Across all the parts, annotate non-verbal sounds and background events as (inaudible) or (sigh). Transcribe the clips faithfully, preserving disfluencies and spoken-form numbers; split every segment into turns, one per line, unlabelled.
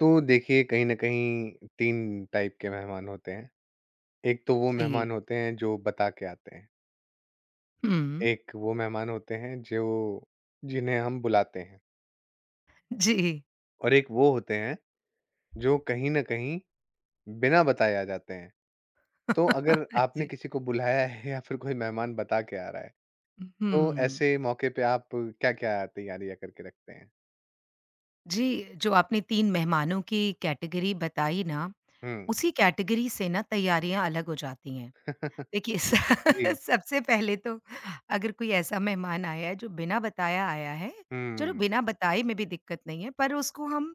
तो देखिए कहीं न कहीं तीन टाइप के मेहमान होते हैं। एक तो वो
जी।
मेहमान होते हैं जो बता के आते हैं,
हुँ,
एक वो मेहमान होते हैं जो जिन्हें हम बुलाते हैं
जी।
और एक वो होते हैं जो कहीं न कहीं बिना बताए आ जाते हैं। तो अगर
(laughs)
आपने
जी।
किसी को बुलाया है या फिर कोई मेहमान बता के आ रहा है,
हुँ।
तो ऐसे मौके पे आप क्या-क्या तैयारियाँ करके रखते हैं?
जी, जो आपने तीन मेहमानों की कैटेगरी बताई ना,
हुँ।
उसी कैटेगरी से ना तैयारियाँ अलग हो जाती हैं।
(laughs)
देखिए स
जी।
(laughs) सबसे पहले तो अगर कोई ऐसा मेहमान आया है जो बिना बताया आया है, चलो
हुँ।
बिना बताए में भी दिक्कत नहीं है, पर उसको हम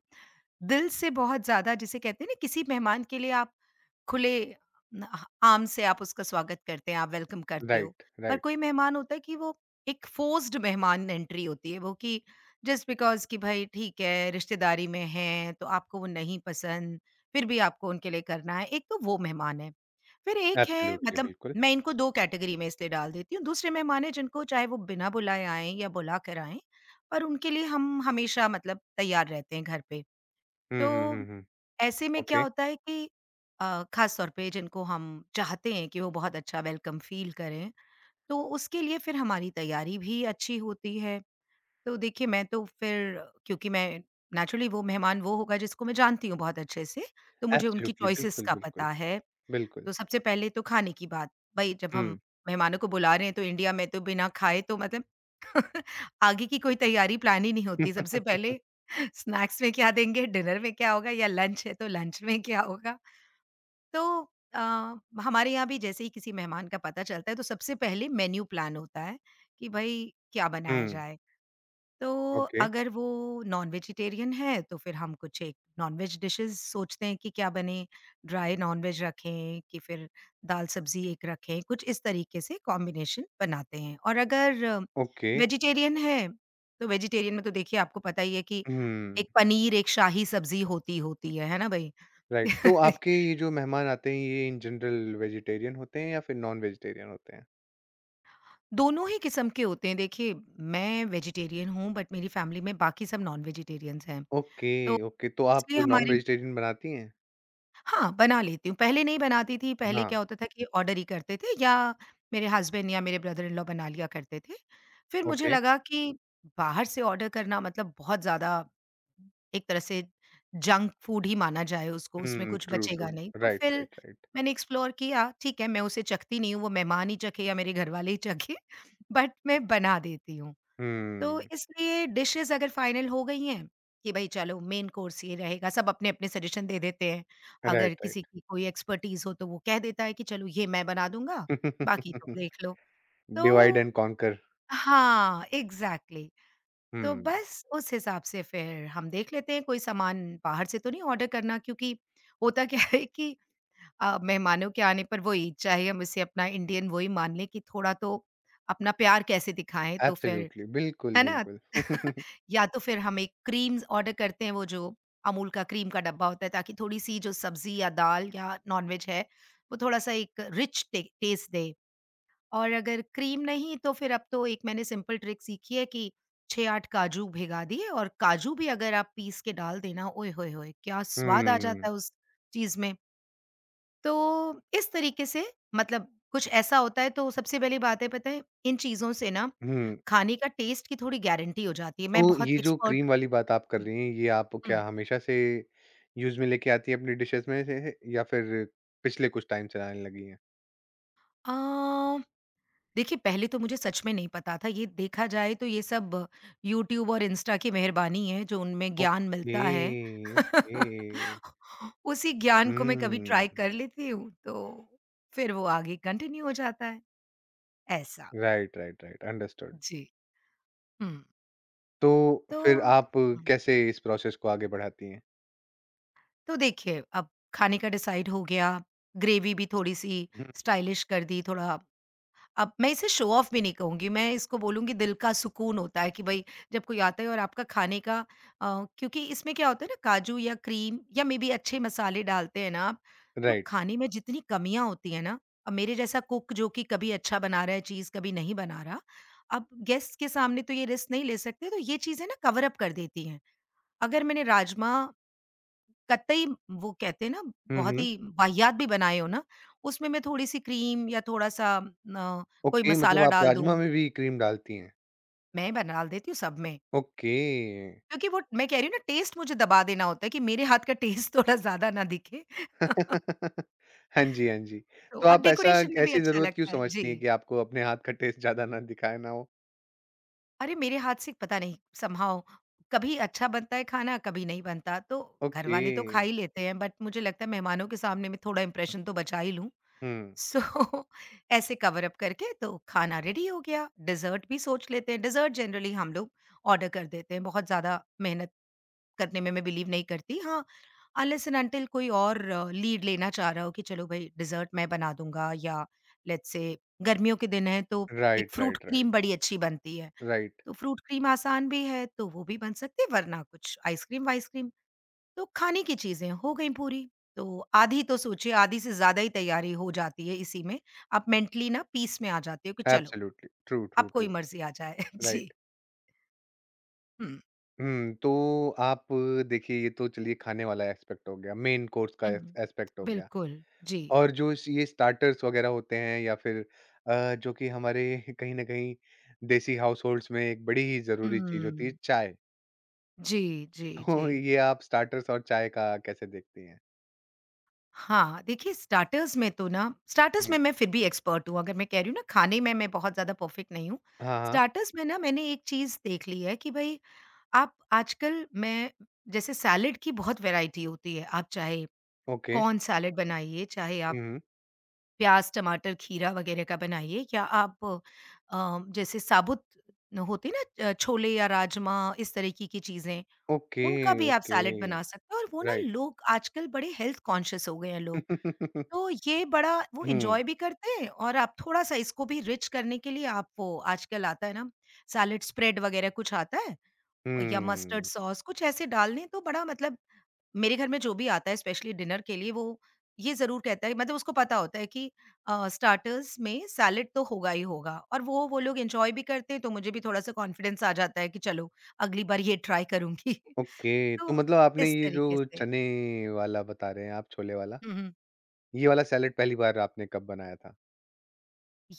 दिल से बहुत ज़्यादा जिसे कहते हैं ना किसी मेहमान के लिए आप खुले न ह आम से आप उसका स्वागत करते हैं, आप वेलकम करते हो।
राइट,
पर
राइट।
कोई मेहमान होता है कि वो एक फोर्स्ड मेहमान एंट्री होती है वो कि जस्ट बिकॉज़ कि भई ठीक है, रिश्तेदारी में हैं, तो आपको वो नहीं पसंद, फिर भी आपको उनके लिए करना है। एक तो वो मेहमान है। फिर एक है
एब्सोल्युटली
मतलब
बिल्कुल।
मैं इनको दो कैटेगरी में इसलिए डाल देती हूँ। दूसरे मेहमान हैं जिनको चाहे वो बिना बुलाए आएँ या बुला कर आएँ, पर उनके लिए हम हमेशा मतलब तैयार रहते हैं घर पे।
हुँ, हुँ, हुँ,
तो
हुँ।
ऐसे में क्या
ओके।
होता है कि अ, खास तौर पे जिनको हम चाहते हैं कि वो बहुत अच्छा वेलकम फ़ील करें, तो उसके लिए फिर हमारी तैयारी भी अच्छी होती है। तो देखिए मैं तो फिर क्योंकि मैं नेचुरली वो मेहमान वो होगा जिसको मैं जानती हूँ बहुत अच्छे से, तो मुझे उनकी
एब्सोल्युटली
चॉइसेस
बिल्कुल,
का
बिल्कुल।
पता है।
बिल्कुल।
तो सबसे पहले तो खाने की बात, भई जब हम
हुँ।
मेहमानों को बुला रहे हैं तो इंडिया में तो बिना खाए तो मतलब (laughs) आगे की कोई तैयारी प्लान ही नहीं होती। सबसे पहले (laughs) स्नैक्स में क्या देंगे, डिनर में क्या होगा या लंच है तो लंच में क्या होगा? तो अ, हमारे यहाँ भी जैसे ही किसी मेहमान का पता चलता है तो सबसे पहले मेन्यू प्लान होता है कि भाई क्या बनाया
हुँ,
जाए।
(laughs)
तो
ओके,
अगर वो नॉन वेजिटेरियन है तो फिर हम कुछ एक नॉन-वेज डिशेज़ सोचते हैं कि क्या बने, ड्राई नॉन-वेज रखें कि फिर दाल-सब्ज़ी एक रखें, कुछ इस तरीके से कॉम्बिनेशन बनाते हैं। और अगर
ओके।
वेजिटेरियन है, तो वेजिटेरियन में तो देखिए आपको पता ही है कि
हुँ,
एक पनीर, एक शाही सब्ज़ी होती होती है, है ना भई?
राइट। तो
(laughs)
आपके ये जो मेहमान आते हैं ये इन जनरल वेजिटेरियन होते हैं या फिर नॉन-वेजिटेरियन होते हैं?
दोनों ही किस्म के होते हैं। देखिए, मैं वेजिटेरियन हूँ बट मेरी फैमिली में बाकी सब नॉन वेजिटेरियंस हैं।
ओके,
तो
ओके। तो आप
इसलिए हमारे
नॉन-वेजिटेरियन बनाती हैं?
हाँ, बना लेती हूँ। पहले नहीं बनाती थी, पहले
हाँ,
क्या होता था कि ऑर्डर ही करते थे या मेरे हस्बैंड या मेरे ब्रदर इन लॉ बना लिया करते थे। फिर मुझे
ओके।
लगा कि बाहर से ऑर्डर करना मतलब बहुत ज़्यादा एक तरह से जंक फूड ही माना जाए उसको, उसमें
हुँ,
कुछ
ट्रू,
बचेगा
ट्रू।
नहीं। तो
राइट,
फिर
राइट, राइट।
मैंने एक्सप्लोर किया, ठीक है, मैं उसे चखती नहीं हूँ, वो मेहमान ही चखे या मेरे घरवाले ही चखें, (laughs) बट मैं बना देती हूँ। तो
हुँ,
इसलिए डिशेज़ अगर फाइनल हो गई हैं कि भई चलो मेन कोर्स ये रहेगा, सब अपने-अपने सजेशन दे देते हैं।
राइट,
अगर किसी
राइट।
की कोई एक्सपर्टीज़ हो तो वो कह देता है कि चलो ये मैं बना दूँगा, बाकी तुम
(laughs)
देख लो। तो
डिवाइड एंड कॉन्कर। (laughs)
हाँ, एग्ज़ैक्टली। तो
हुँ,
बस उस हिसाब से फिर हम देख लेते हैं कोई सामान बाहर से तो नहीं ऑर्डर करना क्योंकि होता क्या है कि अ, मेहमानों के आने पर वही चाहे हम इसे अपना इंडियन वही मान लें कि थोड़ा तो अपना प्यार कैसे दिखाएँ, तो फिर
एब्सोल्युटली, बिल्कुल,
है ना?
बिल्कुल।
(laughs)
(laughs)
या तो फिर हम एक क्रीम्स ऑर्डर करते हैं, वो जो अमूल का क्रीम का डब्बा होता है, ताकि थोड़ी-सी जो सब्ज़ी या दाल या नॉन-वेज है, वो थोड़ा-सा एक रिच टे टेस्ट दे। और अगर क्रीम नहीं, तो फिर अब तो एक मैंने सिंपल ट्रिक सीखी है कि छह आठ काजू भिगा दिए और काजू भी अगर आप पीस के डाल देना, ओए होए होए! क्या स्वाद आ
हुँ,
जाता है उस चीज़ में। तो इस तरीके से मतलब कुछ ऐसा होता है, तो सबसे पहली बात है, पता है, इन चीज़ों से ना
हुँ।
खाने का टेस्ट की थोड़ी गारंटी हो जाती है।
तो
मैं बहुत
ये जो
एक्सपर्ट
क्रीम वाली बात आप कर
हुँ,
रही हैं, ये आप
हुँ।
क्या हमेशा से यूज़ में लेके आती हैं अपनी डिशेज़ में से है या फिर पिछले कुछ टाइम से लाने लगी हैं?
अ, देखिए पहले तो मुझे सच में नहीं पता था। ये देखा जाए तो ये सब यूट्यूब और इंस्टा की मेहरबानी है जो उनमें ज्ञान
ओके,
मिलता है।
ओके।
(laughs) उसी ज्ञान को मैं कभी ट्राई
हुँ।
कर लेती हूँ तो फिर वो आगे कंटिन्यू हो जाता है, ऐसा।
Right, right, right, understood.
जी। हुँ,
तो
तो
फिर आप
हुँ,
कैसे इस प्रोसेस को आगे बढ़ाती हैं?
तो देखिए अब खाने का डिसाइड हो गया, ग्रेवी भी थोड़ी-सी
हुँ,
स्टाइलिश कर दी, थोड़ा अब मैं इसे शो ऑफ भी नहीं कहूँगी, मैं इसको बोलूँगी दिल का सुकून होता है कि भई जब कोई आता है और आपका खाने का अ, क्योंकि इसमें क्या होता है ना काजू या क्रीम या मेबी अच्छे मसाले डालते हैं ना आप, तो
राइट।
खाने में जितनी कमियाँ होती हैं ना, अब मेरे जैसा कुक जो कि कभी अच्छा बना रहा है चीज़, कभी नहीं बना रहा, अब गेस्ट के सामने तो ये रिस्क नहीं ले सकते, तो ये चीज़ें ना कवर अप कर देती हैं। अगर मैंने राजमा कतई वो कहते हैं ना
हुँ,
बहुत
हुँ।
ही वाहियात भी बनाए हो ना, उसमें मैं थोड़ी-सी क्रीम या थोड़ा-सा अ, कोई
ओके, मतलब
मसाला
आप
डाल दूँ,
राजमा में भी क्रीम डालती हैं?
मैं बना डाल देती हूँ सब में।
ओके।
क्योंकि वो मैं कह रही हूँ ना टेस्ट मुझे दबा देना होता है कि मेरे हाथ का टेस्ट थोड़ा ज़्यादा ना दिखे। (laughs)
(laughs) हाँ जी, हाँ जी।
तो
तो
और
आप ऐसा
डेकोरेशन में भी
ऐसी
अच्छा
ज़रूरत क्यों
लगता है। जी।
समझती हैं कि आपको अपने हाथ का टेस्ट ज़्यादा ना दिखाए ना हो?
अरे मेरे हाथ से पता नहीं समहाउ कभी अच्छा बनता है खाना, कभी नहीं बनता। तो
ओके।
घरवाले तो खा ही लेते हैं बट मुझे लगता है मेहमानों के सामने मैं थोड़ा इम्प्रेशन तो बचा ही लूँ।
हम्म।
सो (laughs) ऐसे कवर अप करके तो खाना रेडी हो गया, डेज़र्ट भी सोच लेते हैं, डेज़र्ट जनरली हम लोग ऑर्डर कर देते हैं, बहुत ज़्यादा मेहनत करने में मैं बिलीव नहीं करती। हाँ, अनलेस एंड अनटिल कोई और लीड लेना चाह रहा हो कि चलो भई डेज़र्ट मैं बना दूँगा या लेट्स से गर्मियों के दिन हैं तो एक
right,
fruit
right, right.
Cream बड़ी अच्छी बनती है,
राइट।
तो फ्रूट क्रीम आसान भी है तो वो भी बन सकती है वरना कुछ आइसक्रीम-वाइसक्रीम। तो खाने की चीज़ें हो गई पूरी, तो आधी तो सोचिए आधी से ज़्यादा ही तैयारी हो जाती है इसी में। आप मेंटली ना पीस में आ जाते हो कि चलो,
एब्सोल्युटली ट्रू, ट्रू,
अब कोई
ट्रू।
मर्ज़ी आ जाए। (laughs) जी।
राइट।
हुँ।
हम्म। तो आप देखिए ये तो चलिए खाने वाला एस्पेक्ट हो गया, मेन कोर्स का
हुँ।
एस्पेक्ट हो गया।
बिल्कुल। जी।
और जो इस- ये स्टार्टर्स वगैरह होते हैं या फिर अ, जो कि हमारे (laughs) कहीं ना कहीं देसी हाउस होल्ड्स में एक बड़ी ही जरूरी चीज होती है
हुँ।
चाय।
जी, जी,
तो
जी।
ये आप स्टार्टर्स और चाय का कैसे देखती हैं?
हाँ, देखिए स्टार्टर्स में तो ना स्टार्टर्स
हम्म।
में मैं फिर भी एक्सपर्ट हूँ, अगर मैं कह रही हूँ ना खाने में मैं बहुत ज़्यादा परफेक्ट नहीं हूँ।
हाँ, हाँ।
स्टार्टर्स में ना मैंने एक चीज़ देख ली है कि भई आप आजकल मैं जैसे सैलेड की बहुत वैराइटी होती है। आप चाहे
ओके।
कॉर्न सैलेड बनाइए, चाहे आप
हम्म।
प्याज़, टमाटर, खीरा वगैरह का बनाइए या आप अ, जैसे साबुत होते हैं ना अ, छोले या राजमा इस तरीके की चीज़ें,
ओके,
उनका भी आप
ओके।
सैलेड बना सकते हैं और वो ना
राइट।
लोग आजकल बड़े हेल्थ कॉन्शियस हो गए हैं लोग। तो
(laughs)
ये बड़ा वो
हम्म।
एन्जॉय भी करते हैं और आप थोड़ा-सा इसको भी रिच करने के लिए आप वो आजकल आता है ना सैलेड स्प्रेड वगैरह कुछ आता है और या मस्टर्ड
हुँ,
सॉस कुछ ऐसे डाल दें तो बड़ा मतलब मेरे घर में जो भी आता है स्पेशली डिनर के लिए वो ये ज़रूर कहता है मतलब उसको पता होता है कि अ, स्टार्टर्स में सैलेड तो होगा ही होगा और वो वो लोग एंजॉय भी करते हैं तो मुझे भी थोड़ा-सा कॉन्फिडेंस आ जाता है कि चलो अगली बार ये ट्राई करूँगी। (laughs)
ओके। तो
तो
मतलब आपने
इस
ये जो
तरीके से
चने वाला बता रहे हैं आप, छोले वाला,
हुँ, हुँ।
ये वाला सैलेड पहली बार आपने कब बनाया था?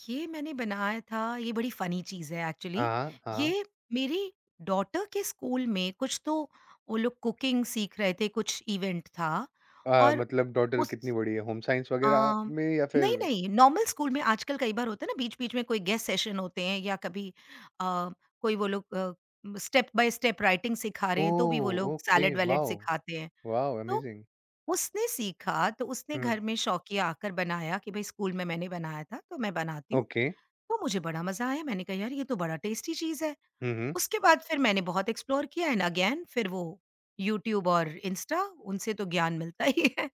ये मैंने बनाया था ये बड़ी फ़नी चीज़ है
हाँ,
एक्चुअली।
हाँ, हाँ।
ये मेरी डॉटर के स्कूल में कुछ तो वो लोग कुकिंग सीख रहे थे, कुछ इवेंट था
अ,
और
मतलब डॉटर
उस
कितनी बड़ी है, होम साइंस वगैरह
अम,
में या फिर
नहीं, नहीं, नॉर्मल स्कूल में आजकल कई बार होता है ना बीच-बीच में कोई गेस्ट सेशन होते हैं या कभी अ, कोई वो लोग अ, स्टेप बाय स्टेप राइटिंग सिखा रहे हैं, तो भी वो
ओह!
लोग
ओके,
सैलेड-वैलेड
वॉव!
सिखाते हैं।
वॉव,
तो
अमेज़िंग।
उसने सीखा, तो उसने
हुँ,
घर में शौकिया आकर बनाया कि भई स्कूल में मैंने बनाया था, तो मैं बनाती हूँ।
ओके।
तो मुझे बड़ा मज़ा आया, मैंने कहा यार ये तो बड़ा टेस्टी चीज़ है।
हुँ, हुँ।
उसके बाद फिर मैंने बहुत एक्सप्लोर किया एंड अगेन फिर वो यूट्यूब और इंस्टा उनसे तो ज्ञान मिलता ही है।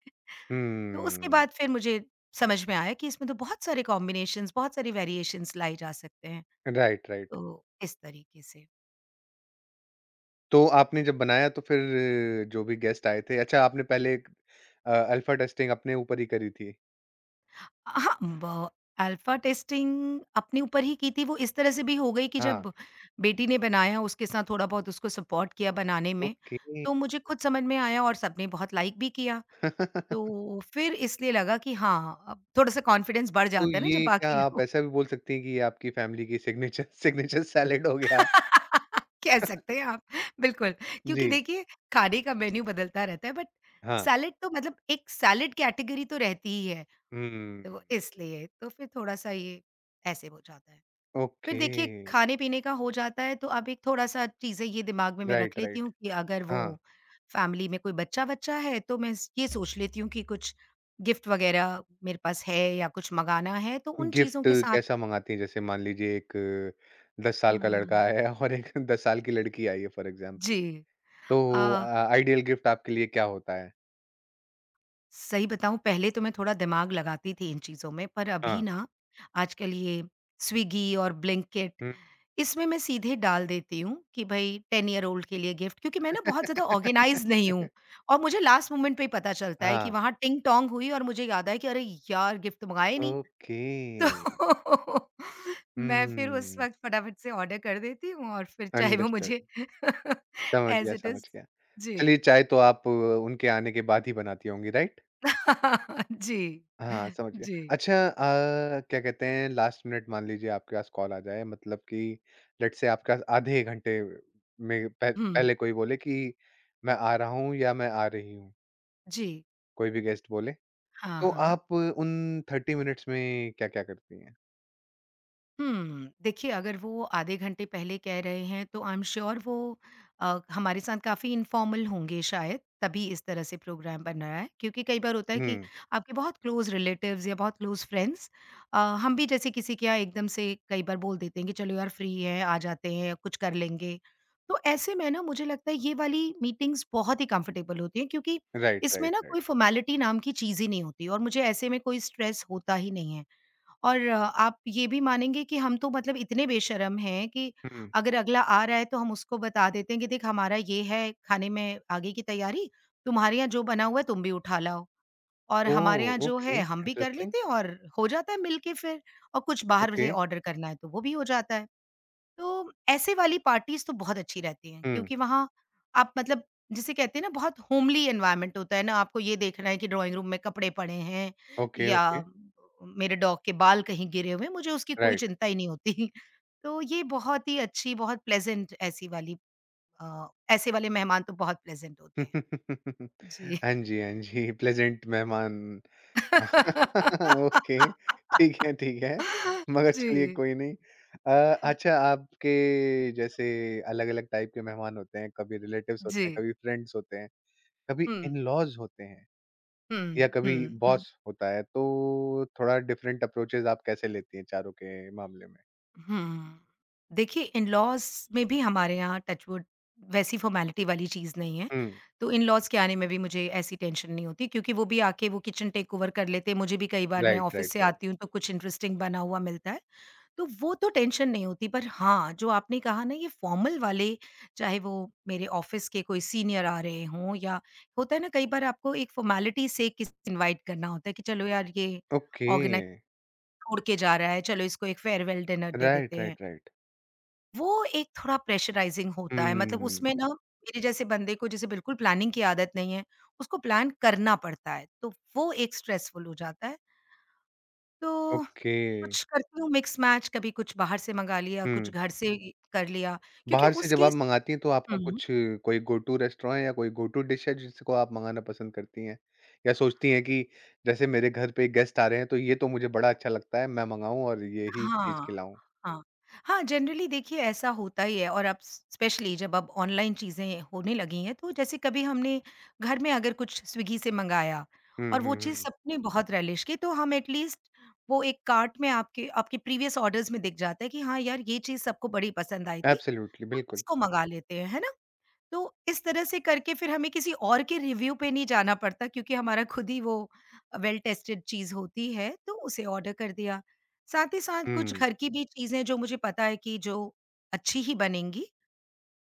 तो उसके
हुँ,
बाद फिर मुझे समझ में आया कि इसमें तो बहुत सारे कॉम्बिनेशंस, बहुत सारी वेरिएशंस लाए जा सकते हैं,
राइट, राइट।
तो इस तरीके से।
तो आपने जब बनाया तो फिर अ, जो भी गेस्ट आए थे, अच्छा आपने पहले एक अ, अल्फा टेस्टिंग अपने ऊपर ही करी थी?
हाँ, ब अल्फा टेस्टिंग अपने ऊपर ही की थी, वो इस तरह से भी हो गई कि
हाँ,
जब बेटी ने बनाया, उसके साथ थोड़ा बहुत उसको सपोर्ट किया बनाने में,
ओके।
तो मुझे खुद समझ में आया और सबने बहुत लाइक भी किया।
(laughs)
तो फिर इसलिए लगा कि हाँ, अब थोड़ा-सा कॉन्फिडेंस बढ़
तो
जाता है ना जब
ये क्या
बाकी
आप
लोग
ऐसा भी बोल सकती हैं कि ये आपकी फैमिली की सिग्नेचर सिग्नेचर सैलेड हो गया?
(laughs) कह सकते हैं आप बिल्कुल, क्योंकि
जी,
देखिए खाने का मेन्यू बदलता रहता है बट
हाँ।
सैलेड तो मतलब एक सैलेड कैटेगरी तो रहती ही है। तो
हुँ,
इसलिए, तो फिर थोड़ा-सा ये ऐसे हो जाता है। फिर
ओके।
देखिए खाने-पीने का हो जाता है तो अब एक थोड़ा-सा चीज़ें ये दिमाग में मैं रख
राइट,
लेती
राइट।
हूँ कि अगर वो
हाँ,
फैमिली में कोई बच्चा-वच्चा है तो मैं स ये सोच लेती हूँ कि कुछ गिफ्ट वगैरह मेरे पास है या कुछ मँगाना है तो उन चीज़ों
गिफ्ट
के साथ।
कैसा मँगाती हैं? जैसे मान लीजिए एक दस साल का लड़का
हुँ,
आया है और एक (laughs) दस साल की लड़की आई है फॉर एग्ज़ाम्पल,
जी।
तो अ,
अ,
आइडियल गिफ्ट आपके लिए क्या होता है?
सही बताऊँ पहले तो मैं थोड़ा दिमाग लगाती थी इन चीज़ों में, पर अभी
हाँ।
ना आजकल ये स्विगी और ब्लिंकिट
हुँ।
इसमें मैं सीधे डाल देती हूँ कि भई टेन ईयर ओल्ड के लिए गिफ्ट, क्योंकि मैं ना बहुत ज़्यादा ऑर्गेनाइज़ नहीं हूँ
(laughs)
और मुझे लास्ट मोमेंट पे ही पता चलता है कि
हाँ,
वहाँ टिंग-टोंग हुई और मुझे याद आया कि अरे यार! गिफ्ट तो मँगाया ही नहीं।
ओके।
(laughs) तो मैं फिर उस
हुँ,
वक़्त फटाफट से ऑर्डर कर देती हूँ और फिर चाहे वो
अंडरस्टूड।
मुझे (laughs)
समझ गया,
एज़ इट
समझ
इज़।
गया। चलिए,
जी।
चाय तो आप उनके आने के बाद ही बनाती होंगी, राइट?
(laughs) जी।
हाँ, समझ गया।
जी।
अच्छा अ, क्या कहते हैं लास्ट मिनट मान लीजिए आपके पास कॉल आ जाए, मतलब कि लेट्स से आपके पास आधे घंटे में पह
हुँ।
पहले कोई बोले कि मैं आ रहा हूँ या मैं आ रही हूँ,
जी,
कोई भी गेस्ट बोले।
हाँ,
तो
हाँ।
आप उन तीस मिनट्स में क्या-क्या करती हैं?
हुँ, देखिए अगर वो आधे घंटे पहले कह रहे हैं तो आई एम श्योर वो अ, हमारे साथ काफ़ी इन्फॉर्मल होंगे शायद, तभी इस तरह से प्रोग्राम बन रहा है। क्योंकि कई बार होता है कि
हुँ,
आपके बहुत क्लोज़ रिलेटिव्स या बहुत क्लोज़ फ्रेंड्स, अ, हम भी जैसे किसी के यहाँ एकदम से कई बार बोल देते हैं कि चलो यार फ्री हैं, आ जाते हैं, कुछ कर लेंगे। तो ऐसे में ना मुझे लगता है ये वाली मीटिंग्स बहुत ही कम्फ़र्टेबल होती हैं, क्योंकि
राइट,
इसमें
राइट,
ना
राइट।
कोई फ़ॉर्मेलिटी नाम की चीज़ ही नहीं होती और मुझे ऐसे में कोई स्ट्रेस होता ही नहीं है। और अ, आप ये भी मानेंगे कि हम तो मतलब इतने बेशर्म हैं कि
हुँ।
अगर अगला आ रहा है तो हम उसको बता देते हैं कि देख हमारा ये है खाने में आगे की तैयारी, तुम्हारे यहाँ जो बना हुआ है तुम भी उठा लाओ और
ओह!
हमारे यहाँ जो है
ओके,
हम भी कर
इंटरेस्टिंग।
लेते हैं और हो जाता है मिलके। फिर और कुछ बाहर
ओके।
से ऑर्डर करना है तो वो भी हो जाता है। तो ऐसे वाली पार्टीज़ तो बहुत अच्छी रहती हैं,
हुँ,
क्योंकि वहाँ आप मतलब जिसे कहते हैं ना बहुत होमली एनवायरनमेंट होता है ना, आपको ये देखना है कि ड्राइंग रूम में कपड़े पड़े हैं
ओके,
या
ओके,
मेरे डॉग के बाल कहीं गिरे हुए हैं, मुझे उसकी कोई
राइट।
चिंता ही नहीं होती। (laughs) तो ये बहुत ही अच्छी, बहुत प्लेज़ेंट ऐसी वाली अ, ऐसे वाले मेहमान तो बहुत प्लेज़ेंट होते हैं।
(laughs)
जी।
हाँ जी, हाँ जी, प्लेज़ेंट मेहमान।
(laughs)
(laughs) ओके, ठीक है, ठीक है। मगर चलिए
जी।
कोई नहीं। अ, अच्छा आपके जैसे अलग-अलग टाइप के मेहमान होते हैं, कभी रिलेटिव्स
जी।
होते हैं, कभी फ्रेंड्स होते हैं, कभी
हुँ,
इन-लॉज़ होते हैं या
हुँ,
कभी
हुँ।
बॉस होता है, तो थोड़ा डिफरेंट अप्रोचेज़ आप कैसे लेती हैं चारों के मामले में?
हुँ। देखिए इन-लॉज़ में भी हमारे यहाँ टचवुड वैसी फ़ॉर्मेलिटी वाली चीज़ नहीं है।
हुँ,
तो इन-लॉज़ के आने में भी मुझे ऐसी टेंशन नहीं होती, क्योंकि वो भी आके वो किचन टेक ओवर कर लेते हैं। मुझे भी कई बार मैं
राइट,
ऑफ़िस
राइट,
से
राइट।
आती हूँ तो कुछ इंटरेस्टिंग बना हुआ मिलता है। तो वो तो टेंशन नहीं होती, पर हाँ, जो आपने कहा ना ये फ़ॉर्मल वाले, चाहे वो मेरे ऑफ़िस के कोई सीनियर आ रहे हों, या होता है ना कई बार आपको एक फ़ॉर्मेलिटी से किसी इनवाइट करना होता है कि चलो यार ये
ओके,
ऑर्गेनाइज़र छोड़ के जा रहा है, चलो इसको एक फेयरवेल डिनर दे
राइट,
देते हैं।
Right, right.
वो एक थोड़ा प्रेशराइज़िंग होता है, मतलब
हुँ,
उसमें ना मेरे जैसे बंदे को जिसे बिल्कुल प्लानिंग की आदत नहीं है, उसको प्लान करना पड़ता है, तो वो एक स्ट्रेसफुल हो जाता है। तो
ओके,
कुछ करती हूँ मिक्स मैच, कभी कुछ बाहर से मँगा लिया, कुछ
हुँ।
घर से ही कर लिया क्योंकि
बाहर से
उस
जब आप
केस।
मँगाती हैं तो आपका
हुँ,
कुछ कोई गो टू रेस्टोरेंट है या कोई गो टू डिश है जिसको आप मँगाना पसंद करती हैं? या सोचती हैं कि जैसे मेरे घर पे गेस्ट आ रहे हैं तो ये तो मुझे बड़ा अच्छा लगता है, मैं मँगाऊँ और यही चीज़
हाँ।
खिलाऊँ?
हाँ। हाँ, जनरली देखिए ऐसा होता ही है और अब स स्पेशली जब अब ऑनलाइन चीज़ें होने लगी हैं, तो जैसे कभी हमने घर में अगर कुछ स्विगी से मंगाया
हुँ,
और वो
हुँ,
चीज़
हुँ।
सबने बहुत रैलिश की, तो हम एटलीस्ट वो एक कार्ट में आपके आपके प्रीवियस ऑर्डर्स में दिख जाता है कि हाँ यार, ये चीज़ सबको बड़ी पसंद आई थी,
एब्सोल्युटली,
तो
बिल्कुल।
इसको मँगा लेते हैं, है ना? तो इस तरह से करके फिर हमें किसी और के रिव्यू पे नहीं जाना पड़ता, क्योंकि हमारा खुद ही वो वेल टेस्टेड चीज़ होती है, तो उसे ऑर्डर कर दिया। साथ ही साथ कुछ
हुँ,
घर की भी चीज़ें जो मुझे पता है कि जो अच्छी ही बनेंगी,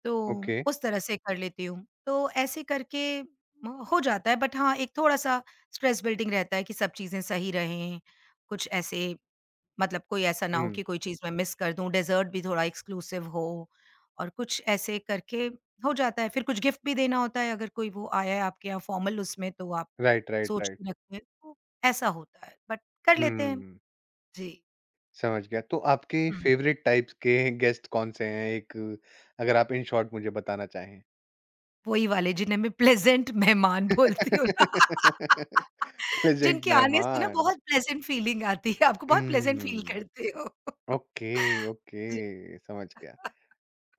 तो
ओके।
उस तरह से कर लेती हूँ। तो ऐसे करके म हो जाता है बट हाँ, एक थोड़ा-सा स्ट्रेस बिल्डिंग रहता है कि सब चीज़ें सही रहें, कुछ ऐसे मतलब कोई ऐसा ना हो
हुँ,
कि कोई चीज़ मैं मिस कर दूँ, डेज़र्ट भी थोड़ा एक्सक्लूसिव हो और कुछ ऐसे करके हो जाता है। फिर कुछ गिफ्ट भी देना होता है अगर कोई वो आया है आपके यहाँ फॉर्मल उसमें तो आप
राइट, राइट,
सोच
राइट।
के रखते हैं, तो ऐसा होता है, बट कर लेते हैं।
हुँ,
जी,
समझ गया। तो आपके
हुँ,
फ़ेवरेट टाइप्स के गेस्ट कौन-से हैं? एक अगर आप इन शॉर्ट मुझे बताना चाहें।
वही वाले जिन्हें मैं प्लेज़ेंट मेहमान बोलती हूँ।
(laughs)
(laughs)
प्लेज़ेंट
जिनके आने से ना
मेहमान।
बहुत प्लेज़ेंट फीलिंग आती है, आपको बहुत प्लेज़ेंट फील
हुँ।
करते हो।
ओके,
(laughs) जी।
ओके, समझ गया।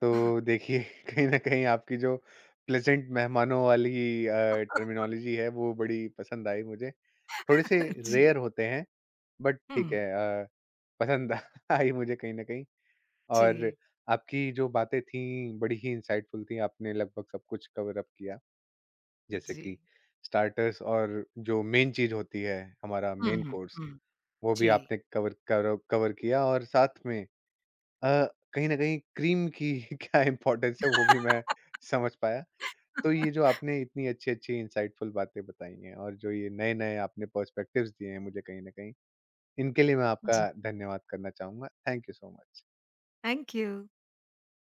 तो देखिए (laughs) कहीं न कहीं आपकी जो प्लेज़ेंट मेहमानों वाली अ,
(laughs)
टर्मिनोलॉजी है वो बड़ी पसंद आई मुझे। थोड़े से रेयर
जी,
होते हैं बट
हुँ,
ठीक है, अ, पसंद (laughs) आई मुझे कहीं न कहीं। और
जी,
आपकी जो बातें थीं बड़ी ही इनसाइटफुल थीं, आपने लगभग सब कुछ कवर अप किया। जैसे
जी।
कि स्टार्टर्स और जो मेन चीज़ होती है हमारा
Hmm.
Main
Hmm.
Course,
Hmm.
वो भी आपने कवर करो कवर किया और साथ में अ, कहीं न कहीं क्रीम की (laughs) क्या इम्पोर्टेंस है वो भी मैं समझ पाया। तो ये जो आपने इतनी अच्छी-अच्छी इनसाइटफुल बातें बताई हैं और जो ये नए-नए आपने पर्सपेक्टिव्स दिए हैं मुझे कहीं न कहीं, इनके लिए मैं
Yes.
आपका धन्यवाद करना चाहूँगा। Thank you so much.
Thank you. (laughs)